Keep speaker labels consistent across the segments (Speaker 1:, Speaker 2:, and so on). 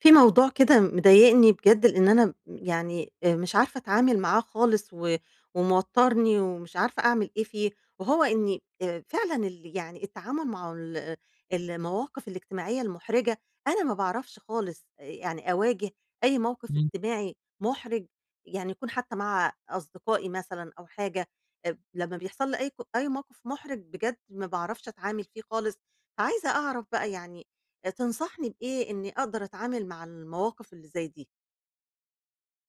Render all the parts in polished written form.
Speaker 1: في موضوع كده مضايقني بجد لأن أنا يعني مش عارفة أتعامل معاه خالص. وموتّرني ومش عارفة أعمل إيه فيه، وهو إني فعلًا يعني التعامل مع المواقف الاجتماعية المُحرجة. أنا ما باعرفش خالص يعني أواجه أي موقف
Speaker 2: مم.
Speaker 1: اجتماعي مُحرج، يعني يكون حتى مع أصدقائي مثلًا أو حاجة. لمّا بيحصل لي أي موقف مُحرج بجد ما باعرفش أتعامل فيه خالص. فعايزة أعرف بقى يعني تنصحني بإيه إني أقدر أتعامل مع المواقف اللي زي دي؟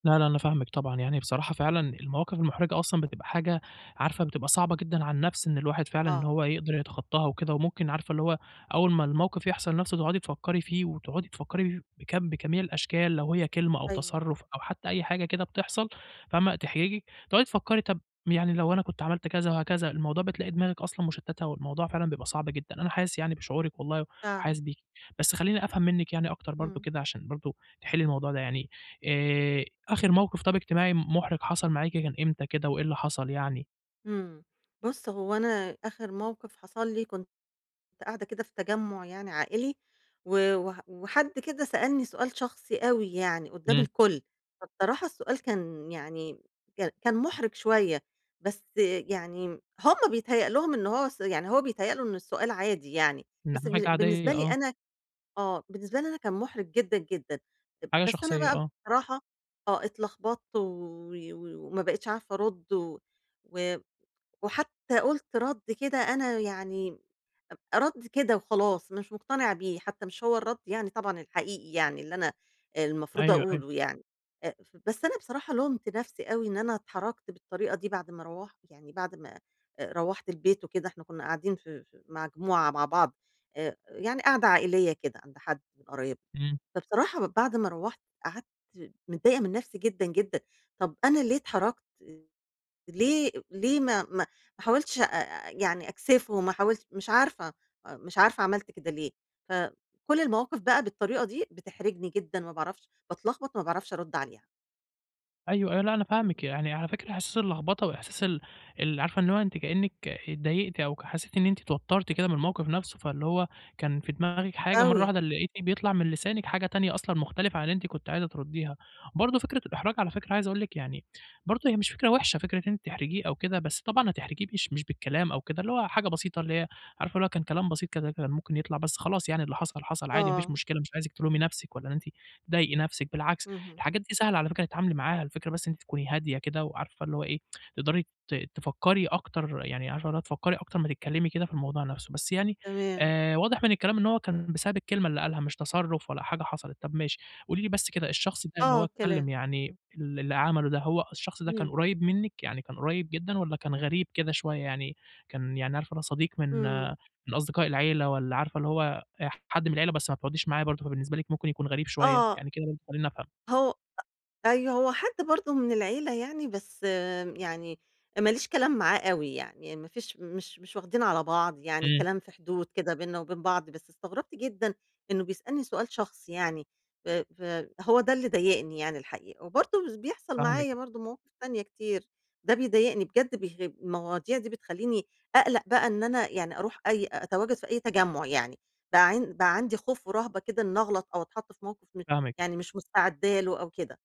Speaker 2: لا، لا، أنا فاهمِك طبعًا، يعني بصراحة فعلًا المواقف المحرجة أصلًا بتبقى حاجة عارفة بتبقى صعبة جدًا على النَفْس إن الواحد فعلًا إن
Speaker 1: آه،
Speaker 2: هو يقدر يتخطاها وكده، وممكن عارفة اللي هو أول ما الموقف يحصل نَفْسه تقعدي تفكّري فيه، وتقعدي تفكّري بجميع الأشكال لو هي كلمة أو
Speaker 1: أيوه
Speaker 2: تصرُّف أو حتى أي حاجة كده بتحصل فاهمة، تحرجِك، تقعدي تفكّري طَب يعني لو أنا كنت عملت كذا وهكذا، الموضوع بتلاقي دماغِك أصلًا مُشتّتة والموضوع فعلًا بيبقى صعب جدًا، أنا حاسس يعني بشعورِك والله
Speaker 1: فعلًا،
Speaker 2: وحاسس بيكِ. بس خلّيني أفهم منِّك يعني أكتر برضه
Speaker 1: إمم،
Speaker 2: كده عشان برضه تحلّي الموضوع ده يعني آآ آخر موقف طَب اجتماعي مُحرِج حصل معاكِ كان إمتى كده وإيه اللي حصل يعني؟
Speaker 1: إمم. بُص هو أنا آخر موقف حصل لي كنت قاعدة كده في تجمُّع يعني عائلي و وح وحد كده سألني سؤال شخصي أوي يعني قدّام
Speaker 2: إمم،
Speaker 1: الكل. فبصراحة السؤال كان يعني كان مُحرِج شوية، بس يعني هُم بيتهيأ لهم إن هو س يعني هو بيتهيأ له إن السؤال عادي يعني. بس
Speaker 2: إنها
Speaker 1: ب
Speaker 2: حاجة
Speaker 1: بالنسبة
Speaker 2: عادية
Speaker 1: لي
Speaker 2: آه،
Speaker 1: أنا آه، بالنسبة لي أنا كان مُحرِج جدًا، جدًا.
Speaker 2: حاجة
Speaker 1: بس أنا
Speaker 2: شخصية
Speaker 1: بقى
Speaker 2: آه،
Speaker 1: بصراحة آه، اتلخبطت و و وما بقيتش عارفة أرُد و و وحتى قُلت رَد كده أنا يعني رَد كده وخلاص، مش مقتنعة بيه، حتى مش هو الرَد يعني طبعًا الحقيقي يعني اللي أنا المفروض
Speaker 2: أيوه، أيوه،
Speaker 1: أقوله يعني. ف بس أنا بصراحة لُمت نفسي أوي إن أنا اتحركت بالطريقة دي بعد ما روّحت يعني بعد ما روّحت البيت وكده. إحنا كنا قاعدين في مع مجموعة مع بعض، يعني قعدة عائلية كده عند حد من قرايبنا.
Speaker 2: إمم.
Speaker 1: فبصراحة بعد ما روّحت قعدت متضايقة من نفسي جدًا، جدًا. طَب أنا ليه اتحركت؟ ليه ما حاولتش يعني أكسفه، ما حاولت مش عارفة، آه، مش عارفة عملت كده ليه. فكل المواقف بقى بالطريقة دي بتحرجني جدًا، ما باعرفش، باتلخبط، ما باعرفش أرُد عليها.
Speaker 2: أيوه، أيوه، لأ أنا
Speaker 1: إمم،
Speaker 2: فاهمِك، يعني على فكرة إحساس اللخبطة وإحساس ال عارفة اللي هو أنتِ كإنِّك اتضايقتِ أو ك حسيتِ إن أنتِ اتوترتِ كده من الموقف نفسه، فاللي هو كان في دماغِك حاجة مرّة
Speaker 1: أوي،
Speaker 2: واحدة لقيتِ بيطلع من لسانِك حاجة تانية أصلًا مختلفة عن اللي أنتِ كنتِ عايزة تردّيها. برضه فكرة الإحراج على فكرة عايز أقول لِك يعني برضه هي مش فكرة وِحشة فكرة إن أنتِ تحرجيه أو كده، بس طبعًا هتحرجيه مش بالكلام أو كده، اللي هو حاجة بسيطة اللي هي عارفة اللي هو كان كلام بسيط كده كان ممكن يطلع، بس خلاص يعني اللي حصل حصل عادي ما فيش
Speaker 1: آه،
Speaker 2: مشكلة، مش عايزِك تلومي نفسِك ولا إن أنتِ تضايقي نفسِك، بالعكس
Speaker 1: اهم،
Speaker 2: الحاجات دي سهلة على فكرة تتعاملي معاها، الفكرة بس إن أنتِ تكوني هادية كده وعارفة اللي هو إيه، تقدري تفكّري أكتر، يعني عارفة اللي هو تفكّري أكتر ما تتكلّمي كده في الموضوع نَفْسه، بس يعني
Speaker 1: تمام،
Speaker 2: واضح من الكلام إن هو كان بسبب الكلمة اللي قالها مش تصرُّف ولا حاجة حصلت، طَب ماشي، قولي لي بس كده الشخص ده اللي هو
Speaker 1: آه،
Speaker 2: اتكلّم
Speaker 1: كلام،
Speaker 2: يعني
Speaker 1: إمم،
Speaker 2: ال اللي عمله ده، هو الشخص ده كان
Speaker 1: إمم،
Speaker 2: قريّب منِّك، يعني كان قريّب جدًا والّا كان غريب كده شوية يعني كان يعني عارفة اللي هو صديق من آه،
Speaker 1: إمم،
Speaker 2: من أصدقاء العيلة والّا عارفة اللي هو حد من العيلة بس ما بتقعديش معاه برضه، فبالنسبة لِك ممكن يكون غريب شوية؟
Speaker 1: آه،
Speaker 2: يعني كده برضه خلّيني أفهم.
Speaker 1: هو أيوه، هو حد برضه من العيلة يعني، بس آمم، يعني ما ليش كلام معاه أوي يعني، ما فيش مش واخدين على بعض يعني،
Speaker 2: إمم،
Speaker 1: كلام في حدود كده بيننا وبين بعض. بس استغربت جدًا إنه بيسألني سؤال شخصي يعني. فهو ده اللي ضايقني يعني الحقيقة، وبرضه بس بيحصل
Speaker 2: فاهمِك،
Speaker 1: معايا برضه مواقف تانية كتير. ده بيضايقني بجد، بيخ المواضيع دي بتخلّيني أقلق بقى إن أنا يعني أروح أي أتواجد في أي تجمُّع يعني. بقى عندي خوف ورهبة كده إني أغلط أو أتحط في موقف م
Speaker 2: فاهمِك،
Speaker 1: يعني مش مستعدة له أو كده.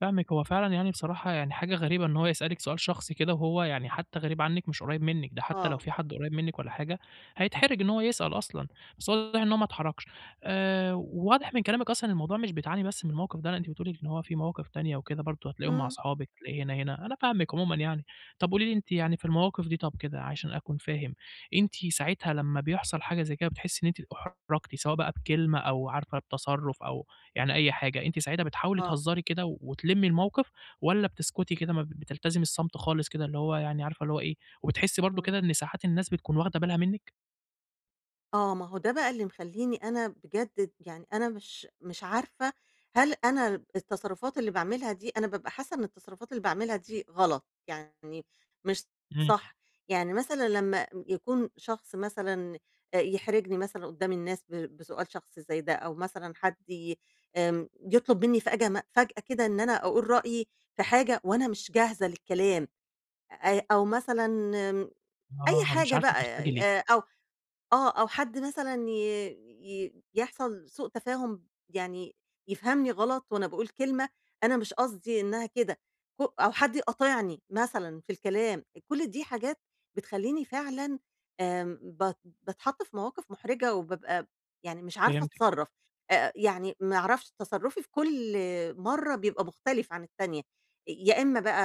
Speaker 2: فاهمِك. هو فعلًا يعني بصراحة يعني حاجة غريبة إن هو يسألِك سؤال شخصي كده وهو يعني حتى غريب عنِّك مش قريب منِّك، ده حتى لو في
Speaker 1: آه.
Speaker 2: حد قريب منِّك والّا حاجة هيتحرج إن هو يسأل أصلًا، بس واضح إن هو ما اتحرجش. وواضح من كلامِك أصلًا الموضوع مش بتعاني بس من الموقف ده، لأ أنتِ بتقولي إن هو في مواقف تانية وكده برضه هتلاقيهم مع
Speaker 1: إمم.
Speaker 2: أصحابِك، هتلاقيه هنا، هنا، أنا فاهمِك عمومًا يعني. طَب قولي لي أنتِ يعني في المواقف دي طَب كده عشان أكون فاهم، أنتِ ساعتها لما بيحصل حاجة زي كده بتحسّي إن أنتِ اُحرجتِ سواء بقى بكلمة أو عارفة بتصرُّف أو يعني أي حاجة، أنتِ ساعتها بتحاولي
Speaker 1: آه.
Speaker 2: تهزري كده وتلمّي الموقف والّا بتسكتي كده ما بتلتزمي الصمت خالص كده اللي هو يعني عارفة اللي هو إيه، وبتحسّي برضه
Speaker 1: إمم.
Speaker 2: كده إن ساعات الناس بتكون واخدة بالها منِّك؟
Speaker 1: آه. ما هو ده بقى اللي مخلّيني أنا بجد يعني أنا مش عارفة هل أنا التصرفات اللي باعملها دي، أنا بابقى حاسة إن التصرفات اللي باعملها دي غلط، يعني مش
Speaker 2: إمم،
Speaker 1: صح. يعني مثلًا لمّا يكون شخص مثلًا يحرجني مثلًا قدّام الناس بسؤال شخصي زي ده، أو مثلًا حد ي آمم يطلب منّي فجأة كده إن أنا أقول رأيي في حاجة وأنا مش جاهزة للكلام، أو مثلًا أي
Speaker 2: آه، مش
Speaker 1: حاجة
Speaker 2: عارفة
Speaker 1: بقى،
Speaker 2: ترتجلي،
Speaker 1: أو آه، أو حد مثلًا ي ي يحصل سوء تفاهم يعني يفهمني غلط وأنا باقول كلمة أنا مش قصدي إنها كده، أو حد يقاطعني مثلًا في الكلام. كل دي حاجات بتخلّيني فعلًا آمم باتحط في مواقف محرجة وبابقى يعني مش عارفة
Speaker 2: فهمتِك،
Speaker 1: أتصرّف. يعني ما أعرفش، تصرُّفي في كل مرّة بيبقى مختلف عن التانية. يا إمّا بقى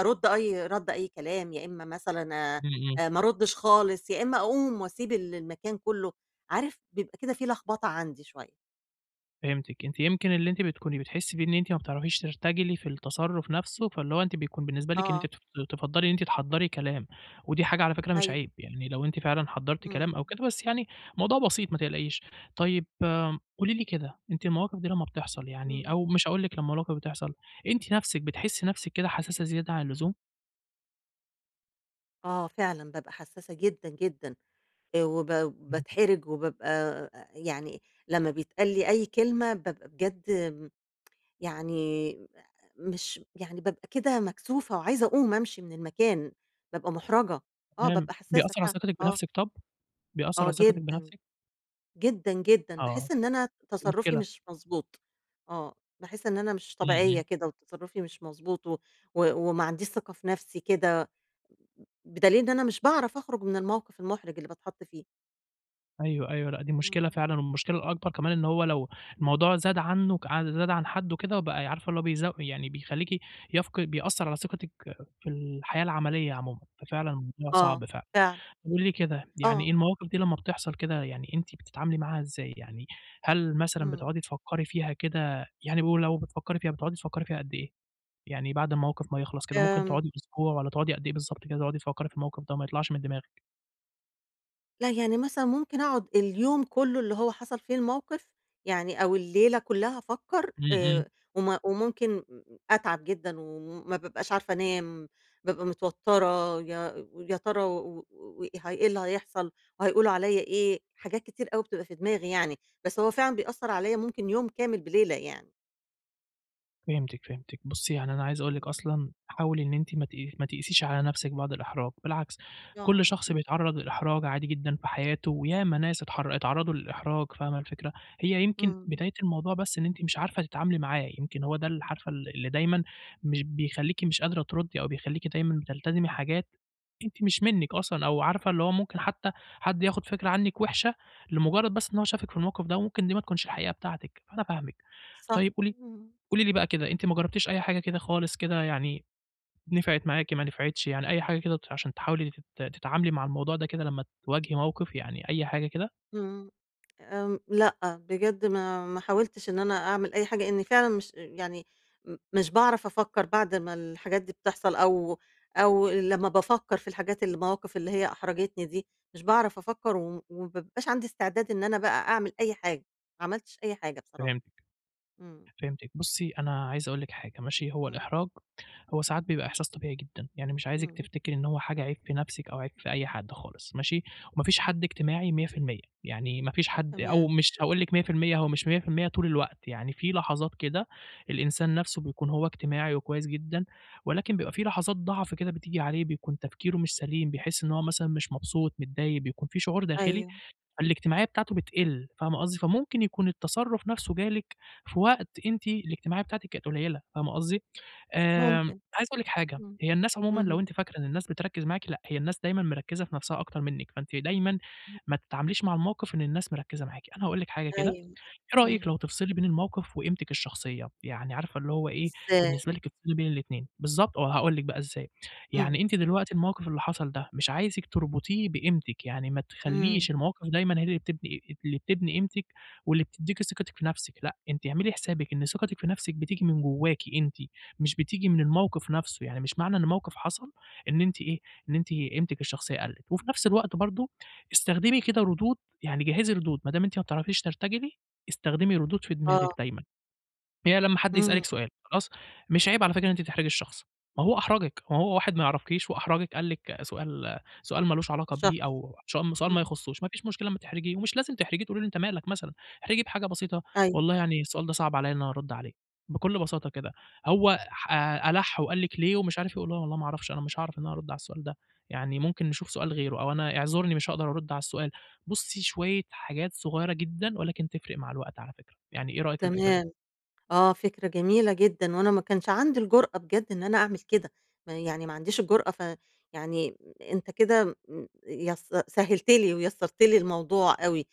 Speaker 1: أرُد أي رَد أي كلام، يا إمّا مثلًا
Speaker 2: إمم، إمم.
Speaker 1: ما أردش خالص، يا إما أقوم وأسيب المكان كله. عارف بيبقى كده في لخبطة عندي شوية.
Speaker 2: فهمتِك، أنتِ يمكن اللي أنتِ بتكوني بتحسّي بيه إن أنتِ ما بتعرفيش ترتجلي في التصرُّف نَفْسه، فاللي هو أنتِ بيكون بالنسبة لِك إن أنتِ
Speaker 1: آه،
Speaker 2: تفضّلي إن أنتِ تحضّري كلام، ودي حاجة على فكرة مش
Speaker 1: أيوه،
Speaker 2: عيب، يعني لو أنتِ فعلًا حضّرتِ كلام أو
Speaker 1: إمم،
Speaker 2: كده، بس يعني الموضوع بسيط ما تقلقيش. طيب قولي لي كده، أنتِ المواقف دي لمّا بتحصل يعني
Speaker 1: إمم.
Speaker 2: أو مش هاقول لِك لمّا المواقف بتحصل، أنتِ نَفْسِك بتحسّي نَفْسِك كده حساسة زيادة عن اللزوم؟
Speaker 1: آه فعلًا بابقى حساسة جدًا، جدًا. وب
Speaker 2: إمم،
Speaker 1: باتحرج وبابقى يعني لمّا بيتقال لي أي كلمة بابقى بجد م يعني مش يعني بابقى كده مكسوفة وعايزة أقوم أمشي من المكان، بابقى مُحرَجة. آه
Speaker 2: تمام،
Speaker 1: بابقى حساسة
Speaker 2: بيأثّر على
Speaker 1: فعلًا،
Speaker 2: ثقتِك
Speaker 1: آه،
Speaker 2: بنَفْسِك طَب؟ بيأثّر
Speaker 1: آه
Speaker 2: على ثقتِك
Speaker 1: جدًا،
Speaker 2: بنَفْسِك؟
Speaker 1: جدًا، جدًا.
Speaker 2: آه،
Speaker 1: باحس إن أنا
Speaker 2: دي
Speaker 1: تصرُّفي
Speaker 2: مشكلة.
Speaker 1: مش مضبوط. آه، باحس إن أنا مش
Speaker 2: إمم،
Speaker 1: طبيعية
Speaker 2: إمم.
Speaker 1: كده وتصرُّفي مش مضبوط و و وما عنديش ثقة في نَفْسي كده، بدليل إن أنا مش باعرف أخرُج من الموقِف المُحرِج اللي باتحط فيه.
Speaker 2: أيوه، أيوه، لأ دي مشكلة
Speaker 1: إمم.
Speaker 2: فعلًا، والمشكلة الأكبر كمان إن هو لو الموضوع زاد عنّه ك زاد عن حدُّه كده وبقى عارفة اللي هو يعني بيخلّيكِ بيأثّر على ثقتِك في الحياة العملية عمومًا، ففعلًا الموضوع
Speaker 1: آه،
Speaker 2: صعب فعلًا.
Speaker 1: فعلًا،
Speaker 2: طب قولي لي كده، يعني ايه
Speaker 1: آه،
Speaker 2: المواقف دي لمّا بتحصل كده يعني أنتِ بتتعاملي معاها إزاي؟ يعني هل مثلًا
Speaker 1: إمم،
Speaker 2: بتقعدي تفكّري فيها كده يعني ولو بتفكّري فيها بتقعدي تفكّري فيها قد إيه؟ يعني بعد الموقف ما يخلص كده ممكن
Speaker 1: آمم
Speaker 2: تقعدي أسبوع والّا تقعدي قد إيه بالضبط كده تقعدي تفكّري في الموقف ده وما يطلعش من دماغِك؟
Speaker 1: لأ، يعني مثلًا ممكن أقعد اليوم كلّه اللي هو حصل فيه الموقف، يعني أو الليلة كلّها أفكّر
Speaker 2: إمم، إمم.
Speaker 1: وممكن أتعب جدًا وما بابقاش عارفة أنام. بابقى متوتّرة، يا ويا ترى و و ه إيه اللي هيحصل وهيقولوا عليّا إيه. حاجات كتير أوي بتبقى في دماغي يعني. بس هو فعلًا بيأثّر عليّا ممكن يوم كامل بليلة يعني.
Speaker 2: فهمتِك، فهمتِك. بُصّي، يعني أنا عايز أقول لِك
Speaker 1: إمم.
Speaker 2: أصلًا حاولي إن أنتِ ما تقيسيش على نَفْسِك بعد الإحراج، بالعكس كل
Speaker 1: آه،
Speaker 2: شخص بيتعرّض للإحراج عادي جدًا في حياته، وياما ناس اتعرّضوا للإحراج، فاهمة الفكرة؟ هي يمكن
Speaker 1: إمم،
Speaker 2: بداية الموضوع بس إن أنتِ مش عارفة تتعاملي معاه، يمكن هو ده ال عارفة ال اللي دايمًا مش بيخلّيكِ مش قادرة تردّي أو بيخلّيكِ دايمًا بتلتزمي حاجات أنتِ مش منِّك أصلًا أو عارفة اللي هو ممكن حتى حد ياخُد فكرة عنِّك وِحشة لمجرّد بس إن هو شافِك في الموقف ده وممكن دي ما تكونش الحقيقة بتاعتِك، فأنا فاهمِك.
Speaker 1: صح،
Speaker 2: طيب
Speaker 1: إمم.
Speaker 2: قولي لي بقى كده، أنتِ ما جرّبتيش أي حاجة كده خالص كده يعني نفعت معاكِ، ما نفعتش، يعني أي حاجة كده عشان تحاولي تتعاملي مع الموضوع ده كده لمّا تواجهي موقف، يعني أي حاجة كده؟
Speaker 1: إمم. آمم، لأ، بجد ما حاولتش إن أنا أعمل أي حاجة، إني فعلًا مش يعني مش باعرف أفكّر بعد ما الحاجات دي بتحصل، أو أو لمّا بافكّر في الحاجات اللي المواقف اللي هي أحرجتني دي، مش باعرف أفكّر وما بيبقاش عندي استعداد إن أنا بقى أعمل أي حاجة. ما عملتش أي حاجة بصراحة.
Speaker 2: فهمتِك.
Speaker 1: إمم،
Speaker 2: فهمتِك. بُصّي، أنا عايز أقول لِك حاجة ماشي، هو
Speaker 1: إمم،
Speaker 2: الإحراج هو ساعات بيبقى إحساس طبيعي جدًا، يعني مش عايزِك
Speaker 1: إمم،
Speaker 2: تفتكري إن هو حاجة عيب في نَفْسِك أو عيب في أي حد خالص ماشي، وما فيش حد اجتماعي 100%، يعني ما فيش حد أو
Speaker 1: تمام،
Speaker 2: مش هاقول لِك 100% هو مش 100% طول الوقت، يعني في لحظات كده الإنسان نَفْسه بيكون هو اجتماعي وكويس جدًا، ولكن بيبقى في لحظات ضعف كده بتيجي عليه، بيكون تفكيره مش سليم، بيحس إن هو مثلًا مش مبسوط، متضايق، بيكون في شعور داخلي
Speaker 1: أيوه،
Speaker 2: فالاجتماعية بتاعته بتقِل، فاهمة قصدي؟ فممكن يكون التصرُّف نَفْسه جالِك في وقت أنتِ الاجتماعية بتاعتِك كانت قليّلة، فاهمة قصدي؟
Speaker 1: ممكن،
Speaker 2: عايز أقول لِك حاجة،
Speaker 1: إمم،
Speaker 2: هي الناس عمومًا
Speaker 1: اهم،
Speaker 2: لو أنتِ فاكرة إن الناس بتركّز معاكِ، لأ، هي الناس دايمًا مركّزة في نَفْسها أكتر منِّك، فأنتِ دايمًا ما تتعامليش مع الموقِف إن الناس مركّزة معاكِ. أنا هاقول لِك حاجة كده
Speaker 1: أيوه،
Speaker 2: إيه رأيِك
Speaker 1: إمم،
Speaker 2: لو تفصلي بين الموقف وقيمتِك الشخصية؟ يعني عارفة اللي هو إيه،
Speaker 1: إزاي؟
Speaker 2: بالنسبة لِك تفصلي بين الاتنين، بالضبط آه، هاقول لِك بقى إزاي، يعني
Speaker 1: إمم،
Speaker 2: أنتِ دلوقتي الموقف اللي حصل ده مش عايزِك تربطيه بقيمتِك، يعني ما
Speaker 1: إمم،
Speaker 2: تخلّيش المواقف دايمًا هي اللي بتبني قيمتِك واللي بتدّيكِ ثقتِك في نفسِك، لأ، أنتِ اعملي حسابِك إن ثقتِك في نفسِك بتيجي من جواكِ أنتِ، مش بتيجي من الموقف نفسه، يعني مش معنى إن موقف حصل إن أنتِ إيه، إن أنتِ قيمتِك الشخصية قَلِّت، وفي نفس الوقت برضه استخدمي كده ردود، يعني جهّزي ردود، ما دام أنتِ ما بتعرفيش ترتجلي استخدمي ردود في دماغِك
Speaker 1: آه،
Speaker 2: دايمًا، هي لمّا حد
Speaker 1: إمم،
Speaker 2: يسألِك سؤال خلاص، مش عيب على فكرة إن أنتِ تحرجي الشخص، ما هو أحرجِك، ما هو واحد ما يعرفكيش وأحرجِك قال لِك سؤال ما لوش علاقة
Speaker 1: شخص،
Speaker 2: بيه أو سؤال ما
Speaker 1: إمم،
Speaker 2: يخصوش، ما فيش مشكلة أمّا تحرجيه ومش لازم تحرجيه تقولي له أنت مالك مثلًا، احرجيه بحاجة بسيطة
Speaker 1: أيوه،
Speaker 2: والله يعني السؤال ده صعب عليّا إن أنا أرُد عليه، بكل بساطة كده، هو ألَح وقال
Speaker 1: إمم.
Speaker 2: لِك ليه ومش عارف إيه، قولي له والله ما أعرفش أنا مش هاعرف إن أنا أرُد على السؤال ده، يعني ممكن نشوف سؤال غيره أو أنا اعذرني مش هاقدر أرُد على السؤال، بُصّي شوية حاجات صغيرة جدًا ولكن تفرق مع الوقت على فكرة، يعني إيه رأيِك في الفكرة دي؟
Speaker 1: تمام، آه، فكرة جميلة جدًا، وأنا ما كانش عندي الجرأة بجد إن أنا أعمل كده، ما يعني ما عنديش الجرأة. ف يعني أنت كده م يس سهّلت لي ويسّرت لي الموضوع أوي،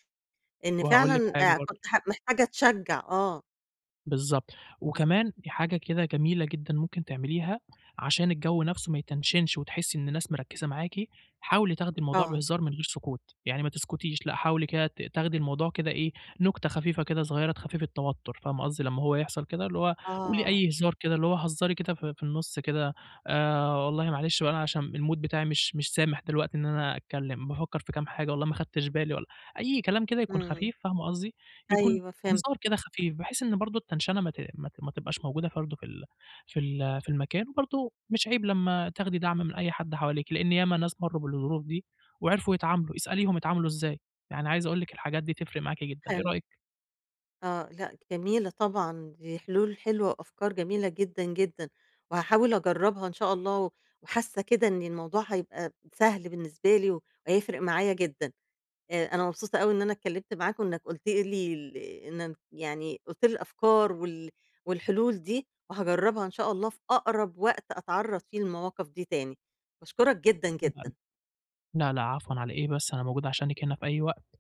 Speaker 1: إن
Speaker 2: وهاقول لِك
Speaker 1: فعلًا
Speaker 2: حاجة برضه،
Speaker 1: كنت محتاجة أتشجّع، آه،
Speaker 2: بالضبط،
Speaker 1: إمم،
Speaker 2: وكمان حاجة كده جميلة جدًا ممكن تعمليها عشان الجو نفسه ما يتنشنش وتحسي إن الناس مركّزة معاكِ، حاولي تاخدي الموضوع
Speaker 1: آه،
Speaker 2: بهزار من غير سكوت، يعني ما تسكتيش، لأ حاولي كده تاخدي الموضوع كده إيه، نكتة خفيفة كده صغيرة تخفِّف التوتر، فاهمة قصدي؟ لمّا هو يحصل كده اللي هو قولي
Speaker 1: آه،
Speaker 2: أي هزار كده، اللي هو هزّري كده في النُص كده، والله معلش بقى أنا عشان الmood بتاعي مش سامح دلوقتي إن أنا أتكلّم، بافكّر في كام حاجة والله ما خدتش بالي والله أي كلام كده يكون
Speaker 1: إمم،
Speaker 2: خفيف، فاهمة قصدي؟ يكون
Speaker 1: أيوه فهمتك،
Speaker 2: هزار كده خفيف، بحيث إن برضه التنشنة ما تبقاش موجودة برضه في ال في المكان، وبرضه مش عيب لمّا تاخدي دعم من أي حد حواليكِ، لإن ياما ناس مرّوا بالظروف دي وعرفوا يتعاملوا، اسأليهم اتعاملوا إزاي، يعني عايز أقول لِك الحاجات دي تفرق معاكِ جدًا، إيه
Speaker 1: حلو،
Speaker 2: رأيِك؟
Speaker 1: آه، لأ جميلة طبعًا، دي حلول حلوة وأفكار جميلة جدًا، جدًا. وهاحاول أجرّبها إن شاء الله، وحاسة كده إن الموضوع هيبقى سهل بالنسبة لي، وهيفرق معايا جدًا. أنا مبسوطة أوي إن أنا اتكلمت معاك، وإنك قُلت لي إنك يعني قُلت لي الأفكار والحلول دي، وهاجرّبها إن شاء الله في أقرب وقت أتعرّض فيه للمواقف دي تاني. باشكرك جدًا، جدًا.
Speaker 2: لا، لا عفوًا على إيه بس، أنا موجود عشانِك هنا في أي وقت.